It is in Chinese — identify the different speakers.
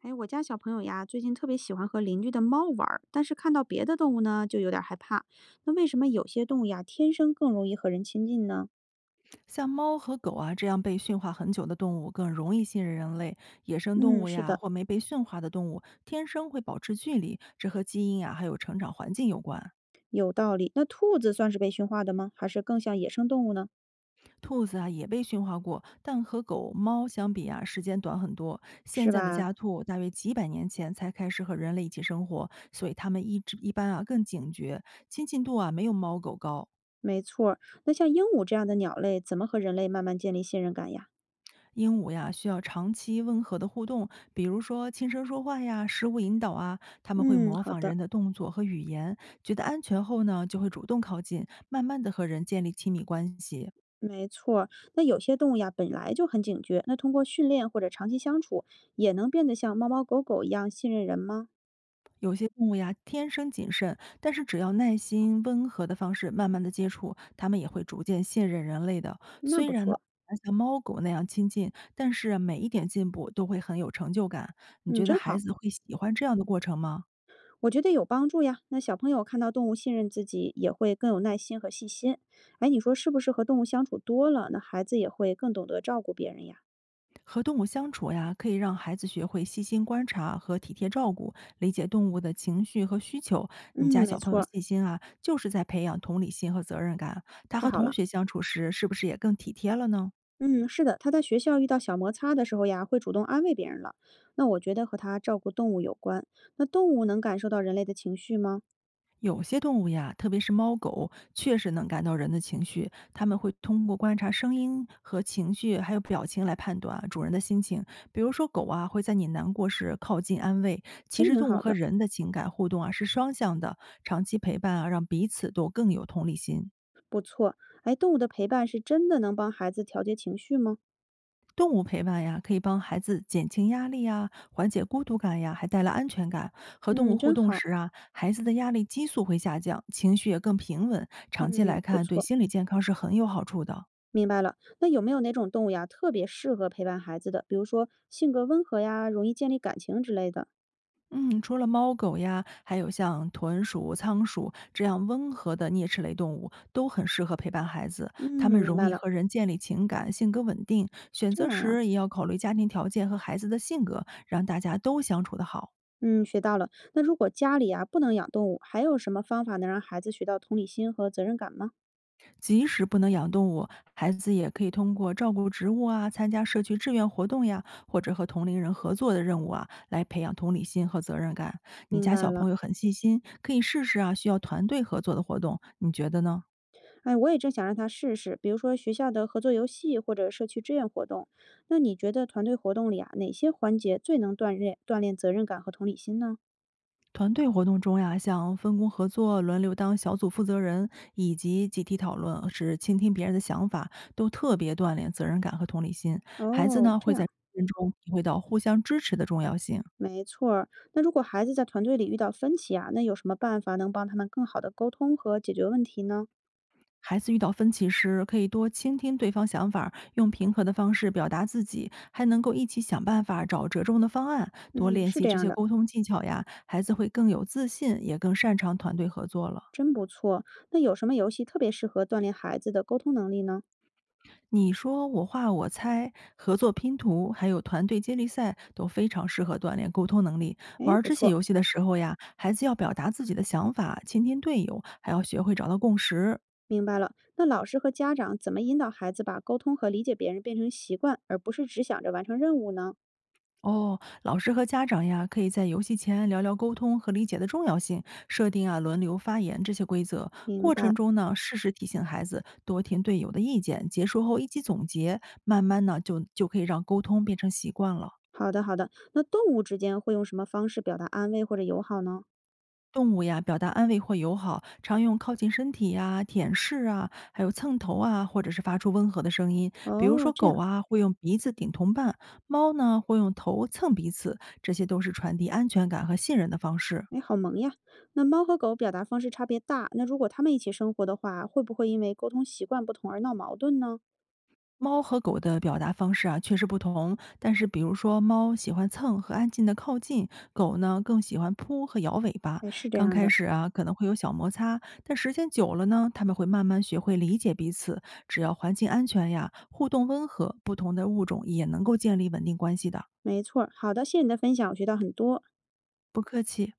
Speaker 1: 哎，我家小朋友呀，最近特别喜欢和邻居的猫玩儿，但是看到别的动物呢，就有点儿害怕。那为什么有些动物呀，天生更容易和人亲近呢？
Speaker 2: 像猫和狗啊这样被驯化很久的动物更容易信任人类，野生动
Speaker 1: 嗯，
Speaker 2: 物
Speaker 1: 是
Speaker 2: 呀
Speaker 1: 的，
Speaker 2: 或没被驯化的动物天生会保持距离，这和基因啊还有成长环境有关。
Speaker 1: 有道理。那兔子算是被驯化的吗？还是更像野生动物呢？
Speaker 2: 兔子啊也被驯化过，但和狗、猫相比啊时间短很多。现
Speaker 1: 是
Speaker 2: 在的
Speaker 1: 吧？
Speaker 2: 家兔大约几百年前才开始和人类一起生活，所以它们一直一般啊更警觉，亲近度啊没有猫狗高。
Speaker 1: 没错儿。那像鹦鹉这样的鸟类，怎么和人类慢慢建立信任感呀？
Speaker 2: 鹦鹉呀，需要长期温和的互动，比如说轻声说话呀、食物引导啊，它们会
Speaker 1: 嗯，
Speaker 2: 模
Speaker 1: 好
Speaker 2: 仿人
Speaker 1: 的，
Speaker 2: 的动作和语言，觉得安全后呢，就会主动靠近，慢慢的和人建立亲密关系。
Speaker 1: 没错儿。那有些动物呀，本来就很警觉，那通过训练或者长期相处，也能变得像猫猫狗狗一样信任人吗？
Speaker 2: 有些动物呀，天生谨慎，但是只要耐心、温和的方式慢慢的接触，它们也会逐渐信任人类的。
Speaker 1: 那
Speaker 2: 虽
Speaker 1: 不
Speaker 2: 然呢，
Speaker 1: 错，
Speaker 2: 很难像猫狗那样亲近，但是啊每一点进步都会很有成就感。你
Speaker 1: 嗯，
Speaker 2: 觉得
Speaker 1: 真
Speaker 2: 孩
Speaker 1: 好。
Speaker 2: 子会喜欢这样的过程吗？
Speaker 1: 我觉得有帮助呀。那小朋友看到动物信任自己，也会更有耐心和细心。哎，你说是不是和动物相处多了，那孩子也会更懂得照顾别人呀？
Speaker 2: 和动物相处呀，可以让孩子学会细心观察和体贴照顾，理解动物的情绪和需求。
Speaker 1: 嗯，
Speaker 2: 你家
Speaker 1: 没
Speaker 2: 小朋友
Speaker 1: 错儿。
Speaker 2: 细心啊，就是在培养同理心和责任感。他
Speaker 1: 太
Speaker 2: 和
Speaker 1: 好
Speaker 2: 同
Speaker 1: 了。
Speaker 2: 学相处时，是不是也更体贴了呢？
Speaker 1: 嗯，是的，他在学校遇到小摩擦的时候呀，会主动安慰别人了。那我觉得和他照顾动物有关。那动物能感受到人类的情绪吗？
Speaker 2: 有些动物呀，特别是猫狗，确实能感到人的情绪。它们会通过观察声音和情绪，还有表情来判断啊主人的心情。比如说，狗啊会在你难过时靠近安慰。其
Speaker 1: 真
Speaker 2: 实，
Speaker 1: 挺
Speaker 2: 动物
Speaker 1: 好
Speaker 2: 和
Speaker 1: 的，
Speaker 2: 人的情感互动啊是双向的，长期陪伴啊让彼此都更有同理心。
Speaker 1: 不错。哎，动物的陪伴是真的能帮孩子调节情绪吗？
Speaker 2: 动物陪伴呀，可以帮孩子减轻压力呀，缓解孤独感呀，还带来安全感。和动物
Speaker 1: 嗯，
Speaker 2: 互
Speaker 1: 真
Speaker 2: 动
Speaker 1: 好。
Speaker 2: 时啊，孩子的压力激素会下降，情绪也更平稳。长期来
Speaker 1: 嗯，不
Speaker 2: 看，对
Speaker 1: 错。
Speaker 2: 心理健康是很有好处的。
Speaker 1: 明白了，那有没有哪种动物呀，特别适合陪伴孩子的？比如说性格温和呀，容易建立感情之类的。
Speaker 2: 嗯，除了猫狗呀，还有像豚鼠、仓鼠这样温和的啮齿类动物，都很适合陪伴孩子。
Speaker 1: 嗯，
Speaker 2: 它们
Speaker 1: 明
Speaker 2: 容
Speaker 1: 白
Speaker 2: 易
Speaker 1: 了，
Speaker 2: 和人建立情感，性格稳定。选
Speaker 1: 这
Speaker 2: 择
Speaker 1: 样啊，
Speaker 2: 时也要考虑家庭条件和孩子的性格，让大家都相处得好。
Speaker 1: 嗯，学到了。那如果家里啊不能养动物，还有什么方法能让孩子学到同理心和责任感吗？
Speaker 2: 即使不能养动物，孩子也可以通过照顾植物啊、参加社区志愿活动呀，或者和同龄人合作的任务啊，来培养同理心和责任感。你
Speaker 1: 明
Speaker 2: 家
Speaker 1: 白
Speaker 2: 小
Speaker 1: 了，
Speaker 2: 朋友很细心，可以试试啊，需要团队合作的活动，你觉得呢？
Speaker 1: 哎，我也正想让他试试，比如说学校的合作游戏或者社区志愿活动。那你觉得团队活动里啊，哪些环节最能锻炼责任感和同理心呢？
Speaker 2: 团队活动中呀，像分工合作、轮流当小组负责人，以及集体讨论，是倾听别人的想法，都特别锻炼责任感和同理心。孩子
Speaker 1: 哦，
Speaker 2: 呢，
Speaker 1: 这
Speaker 2: 会
Speaker 1: 样
Speaker 2: 在
Speaker 1: 啊。
Speaker 2: 中体会到互相支持的重要性。
Speaker 1: 没错儿，那如果孩子在团队里遇到分歧啊，那有什么办法能帮他们更好的沟通和解决问题呢？
Speaker 2: 孩子遇到分歧时，可以多倾听对方想法儿用平和的方式表达自己，还能够一起想办法找折中的方案。多
Speaker 1: 嗯，
Speaker 2: 练
Speaker 1: 是
Speaker 2: 习
Speaker 1: 这
Speaker 2: 这
Speaker 1: 样
Speaker 2: 些
Speaker 1: 的，
Speaker 2: 沟通技巧呀，孩子会更有自信，也更擅长团队合作了。
Speaker 1: 真不错。那有什么游戏特别适合锻炼孩子的沟通能力呢？
Speaker 2: 你说我画我猜、合作拼图，还有团队接力赛都非常适合锻炼沟通能力。玩
Speaker 1: 哎，
Speaker 2: 儿
Speaker 1: 不
Speaker 2: 这些
Speaker 1: 错，
Speaker 2: 游戏的时候呀，孩子要表达自己的想法，倾听队友，还要学会找到共识。
Speaker 1: 明白了。那老师和家长怎么引导孩子把沟通和理解别人变成习惯，而不是只想着完成任务呢？
Speaker 2: 哦，老师和家长呀，可以在游戏前聊聊沟通和理解的重要性，设定啊轮流发言这些规则。
Speaker 1: 明
Speaker 2: 过程
Speaker 1: 白。
Speaker 2: 中呢，适时提醒孩子多听队友的意见，结束后一起总结，慢慢呢就可以让沟通变成习惯了。
Speaker 1: 好的，好的。那动物之间会用什么方式表达安慰或者友好呢？
Speaker 2: 动物呀，表达安慰或友好，常用靠近身体呀、舔舐啊，还有蹭头啊，或者是发出温和的声音。比如
Speaker 1: 哦，
Speaker 2: 说
Speaker 1: 这
Speaker 2: 狗
Speaker 1: 样。
Speaker 2: 啊，会用鼻子顶同伴；猫呢，会用头蹭彼此，这些都是传递安全感和信任的方式。
Speaker 1: 哎，好萌呀！那猫和狗表达方式差别大，那如果它们一起生活的话，会不会因为沟通习惯不同而闹矛盾呢？
Speaker 2: 猫和狗的表达方式啊，确实不同。但是，比如说，猫喜欢蹭和安静的靠近，狗呢更喜欢扑和摇尾巴。
Speaker 1: 哎，是这
Speaker 2: 刚
Speaker 1: 样
Speaker 2: 开
Speaker 1: 的，
Speaker 2: 始啊，可能会有小摩擦，但时间久了呢，它们会慢慢学会理解彼此。只要环境安全呀，互动温和，不同的物种也能够建立稳定关系的。
Speaker 1: 没错儿好的，谢谢你的分享，我学到很多。
Speaker 2: 不客气。